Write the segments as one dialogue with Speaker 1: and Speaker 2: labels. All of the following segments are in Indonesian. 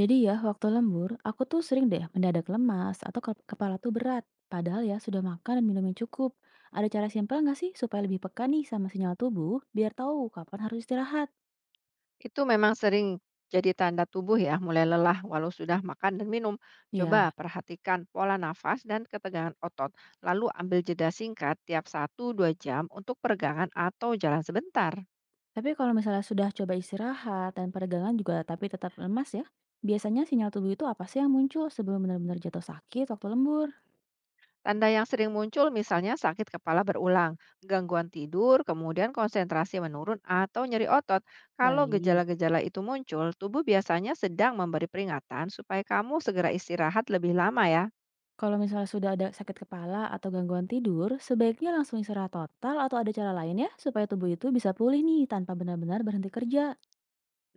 Speaker 1: Jadi ya, waktu lembur, aku tuh sering deh mendadak lemas atau kepala tuh berat. Padahal ya sudah makan dan minum yang cukup. Ada cara simpel nggak sih supaya lebih peka nih sama sinyal tubuh biar tahu kapan harus istirahat?
Speaker 2: Itu memang sering jadi tanda tubuh ya, mulai lelah walau sudah makan dan minum. Coba
Speaker 1: Ya,
Speaker 2: perhatikan pola nafas dan ketegangan otot, lalu ambil jeda singkat tiap satu dua jam untuk peregangan atau jalan sebentar.
Speaker 1: tapi kalau misalnya sudah coba istirahat dan peregangan juga tapi tetap lemas ya, biasanya sinyal tubuh itu apa sih yang muncul sebelum benar-benar jatuh sakit waktu lembur?
Speaker 2: Tanda yang sering muncul misalnya sakit kepala berulang, gangguan tidur, kemudian konsentrasi menurun atau nyeri otot. Kalau
Speaker 1: Baik.
Speaker 2: gejala-gejala itu muncul, tubuh biasanya sedang memberi peringatan supaya kamu segera istirahat lebih lama ya.
Speaker 1: Kalau misalnya sudah ada sakit kepala atau gangguan tidur, sebaiknya langsung istirahat total atau ada cara lain ya supaya tubuh itu bisa pulih nih tanpa benar-benar berhenti kerja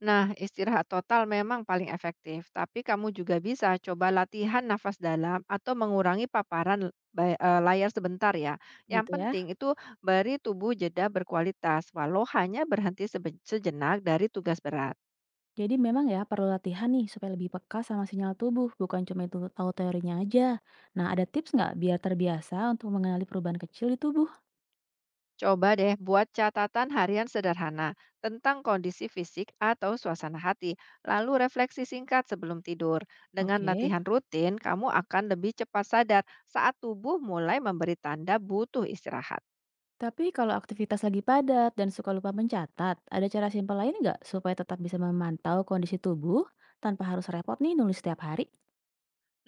Speaker 2: Nah, istirahat total memang paling efektif, tapi kamu juga bisa coba latihan nafas dalam atau mengurangi paparan layar sebentar ya. Yang
Speaker 1: gitu ya.
Speaker 2: penting itu beri tubuh jeda berkualitas, walau hanya berhenti sejenak dari tugas berat.
Speaker 1: Jadi memang ya perlu latihan nih supaya lebih peka sama sinyal tubuh, bukan cuma itu tahu teorinya aja. Nah, ada tips nggak biar terbiasa untuk mengenali perubahan kecil di tubuh?
Speaker 2: Coba deh buat catatan harian sederhana tentang kondisi fisik atau suasana hati, lalu refleksi singkat sebelum tidur. Dengan
Speaker 1: Oke.
Speaker 2: latihan rutin, kamu akan lebih cepat sadar saat tubuh mulai memberi tanda butuh istirahat.
Speaker 1: Tapi kalau aktivitas lagi padat dan suka lupa mencatat, ada cara simpel lain nggak supaya tetap bisa memantau kondisi tubuh tanpa harus repot nih nulis setiap hari?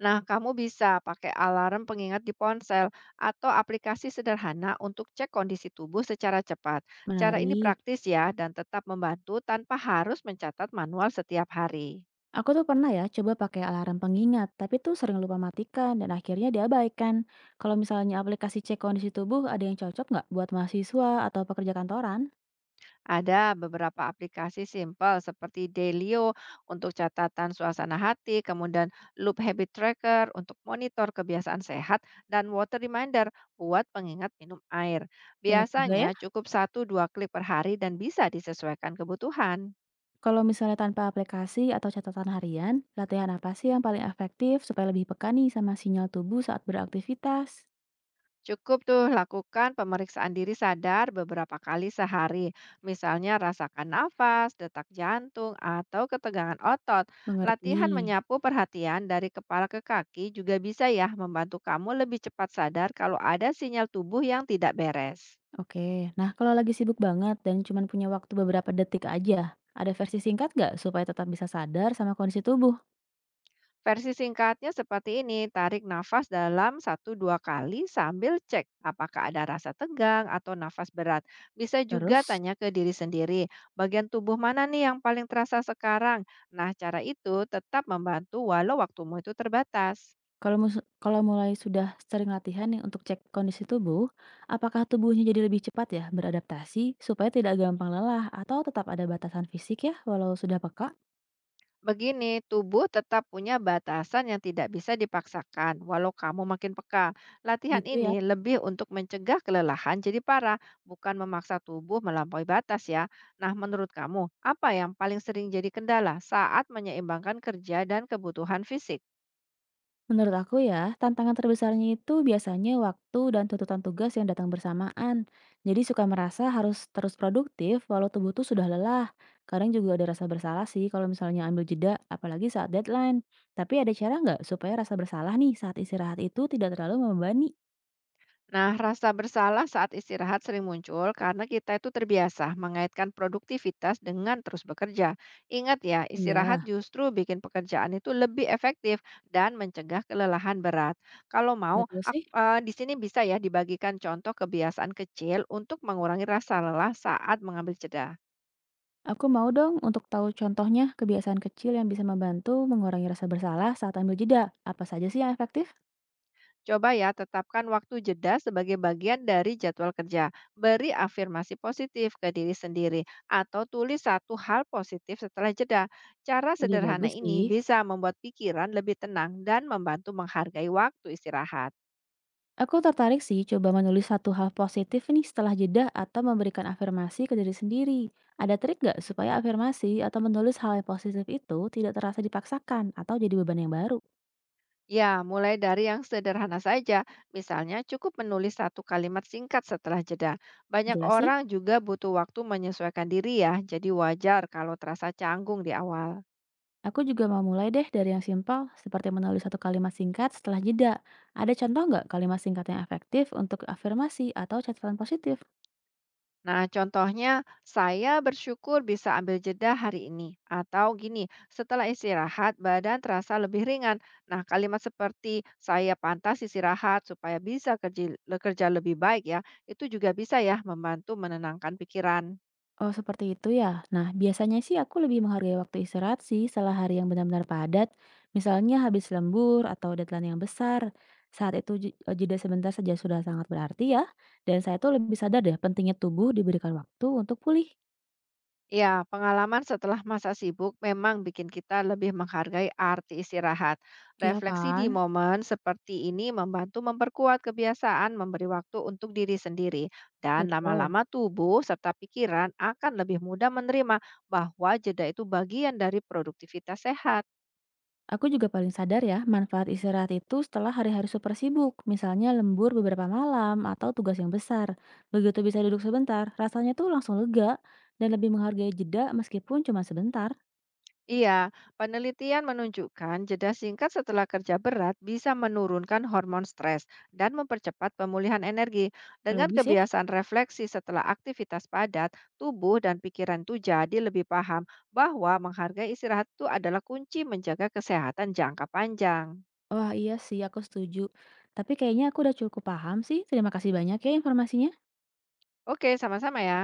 Speaker 2: Nah, kamu bisa pakai alarm pengingat di ponsel atau aplikasi sederhana untuk cek kondisi tubuh secara cepat. Cara ini
Speaker 1: Menarik.
Speaker 2: praktis ya dan tetap membantu tanpa harus mencatat manual setiap hari.
Speaker 1: Aku tuh pernah ya coba pakai alarm pengingat, tapi tuh sering lupa matikan dan akhirnya diabaikan. Kalau misalnya aplikasi cek kondisi tubuh ada yang cocok nggak buat mahasiswa atau pekerja kantoran?
Speaker 2: Ada beberapa aplikasi simple seperti Delio untuk catatan suasana hati, kemudian Loop Habit Tracker untuk monitor kebiasaan sehat, dan Water Reminder buat pengingat minum air.
Speaker 1: Banyak juga
Speaker 2: Biasanya
Speaker 1: ya.
Speaker 2: cukup 1 dua klik per hari dan bisa disesuaikan kebutuhan.
Speaker 1: Kalau misalnya tanpa aplikasi atau catatan harian, latihan apa sih yang paling efektif supaya lebih peka nih sama sinyal tubuh saat beraktivitas?
Speaker 2: Cukup tuh lakukan pemeriksaan diri sadar beberapa kali sehari. Misalnya rasakan nafas, detak jantung, atau ketegangan otot.
Speaker 1: Mengerti.
Speaker 2: Latihan menyapu perhatian dari kepala ke kaki juga bisa ya membantu kamu lebih cepat sadar kalau ada sinyal tubuh yang tidak beres.
Speaker 1: Oke, nah kalau lagi sibuk banget dan cuma punya waktu beberapa detik aja, ada versi singkat nggak supaya tetap bisa sadar sama kondisi tubuh?
Speaker 2: Versi singkatnya seperti ini, tarik nafas dalam satu dua kali sambil cek apakah ada rasa tegang atau nafas berat. Bisa juga
Speaker 1: Terus?
Speaker 2: tanya ke diri sendiri, bagian tubuh mana nih yang paling terasa sekarang? Nah, cara itu tetap membantu walau waktumu itu terbatas.
Speaker 1: Kalau mus Kalau mulai sudah sering latihan nih untuk cek kondisi tubuh, apakah tubuhnya jadi lebih cepat ya beradaptasi supaya tidak gampang lelah atau tetap ada batasan fisik ya walau sudah peka?
Speaker 2: Begini, tubuh tetap punya batasan yang tidak bisa dipaksakan, walau kamu makin peka. Latihan
Speaker 1: Gitu ya.
Speaker 2: ini lebih untuk mencegah kelelahan jadi parah, bukan memaksa tubuh melampaui batas ya. Nah, menurut kamu, apa yang paling sering jadi kendala saat menyeimbangkan kerja dan kebutuhan fisik?
Speaker 1: Menurut aku ya, tantangan terbesarnya itu biasanya waktu dan tuntutan tugas yang datang bersamaan. Jadi suka merasa harus terus produktif walau tubuh tuh sudah lelah. Kadang juga ada rasa bersalah sih kalau misalnya ambil jeda, apalagi saat deadline. Tapi ada cara nggak supaya rasa bersalah nih saat istirahat itu tidak terlalu membebani?
Speaker 2: Nah, rasa bersalah saat istirahat sering muncul karena kita itu terbiasa mengaitkan produktivitas dengan terus bekerja. Ingat ya, istirahat
Speaker 1: Iya.
Speaker 2: justru bikin pekerjaan itu lebih efektif dan mencegah kelelahan berat. Kalau mau,
Speaker 1: Betul sih.
Speaker 2: di sini bisa ya dibagikan contoh kebiasaan kecil untuk mengurangi rasa lelah saat mengambil jeda.
Speaker 1: Aku mau dong untuk tahu contohnya kebiasaan kecil yang bisa membantu mengurangi rasa bersalah saat ambil jeda. Apa saja sih yang efektif?
Speaker 2: Coba ya, tetapkan waktu jeda sebagai bagian dari jadwal kerja. Beri afirmasi positif ke diri sendiri atau tulis satu hal positif setelah jeda. Cara
Speaker 1: Ide
Speaker 2: sederhana
Speaker 1: bagus
Speaker 2: ini
Speaker 1: sih.
Speaker 2: bisa membuat pikiran lebih tenang dan membantu menghargai waktu istirahat.
Speaker 1: Aku tertarik sih coba menulis satu hal positif nih setelah jeda atau memberikan afirmasi ke diri sendiri. Ada trik nggak supaya afirmasi atau menulis hal yang positif itu tidak terasa dipaksakan atau jadi beban yang baru?
Speaker 2: Ya, mulai dari yang sederhana saja. Misalnya cukup menulis satu kalimat singkat setelah jeda. Banyak
Speaker 1: Jelas sih?
Speaker 2: orang juga butuh waktu menyesuaikan diri ya, jadi wajar kalau terasa canggung di awal.
Speaker 1: Aku juga mau mulai deh dari yang simpel, seperti menulis satu kalimat singkat setelah jeda. Ada contoh nggak kalimat singkat yang efektif untuk afirmasi atau catatan positif?
Speaker 2: Nah, contohnya saya bersyukur bisa ambil jeda hari ini. Atau gini, setelah istirahat badan terasa lebih ringan. Nah, kalimat seperti saya pantas istirahat supaya bisa kerja, lebih baik ya, itu juga bisa ya membantu menenangkan pikiran.
Speaker 1: Oh, seperti itu ya. Nah, biasanya sih aku lebih menghargai waktu istirahat sih setelah hari yang benar-benar padat, misalnya habis lembur atau deadline yang besar. Saat itu jeda sebentar saja sudah sangat berarti ya, dan saya tuh lebih sadar deh pentingnya tubuh diberikan waktu untuk pulih.
Speaker 2: Ya, pengalaman setelah masa sibuk memang bikin kita lebih menghargai arti istirahat.
Speaker 1: Iya
Speaker 2: Refleksi di
Speaker 1: kan?
Speaker 2: momen seperti ini membantu memperkuat kebiasaan memberi waktu untuk diri sendiri, dan
Speaker 1: Betul.
Speaker 2: lama-lama tubuh serta pikiran akan lebih mudah menerima bahwa jeda itu bagian dari produktivitas sehat.
Speaker 1: Aku juga paling sadar ya, manfaat istirahat itu setelah hari-hari super sibuk, misalnya lembur beberapa malam atau tugas yang besar. Begitu bisa duduk sebentar, rasanya tuh langsung lega dan lebih menghargai jeda meskipun cuma sebentar.
Speaker 2: Iya, penelitian menunjukkan jeda singkat setelah kerja berat bisa menurunkan hormon stres dan mempercepat pemulihan energi. Dengan
Speaker 1: Logis ya?
Speaker 2: kebiasaan refleksi setelah aktivitas padat, tubuh dan pikiran itu jadi lebih paham bahwa menghargai istirahat itu adalah kunci menjaga kesehatan jangka panjang.
Speaker 1: Wah iya sih, aku setuju. Tapi kayaknya aku udah cukup paham sih. Terima kasih banyak ya informasinya.
Speaker 2: Oke, sama-sama ya.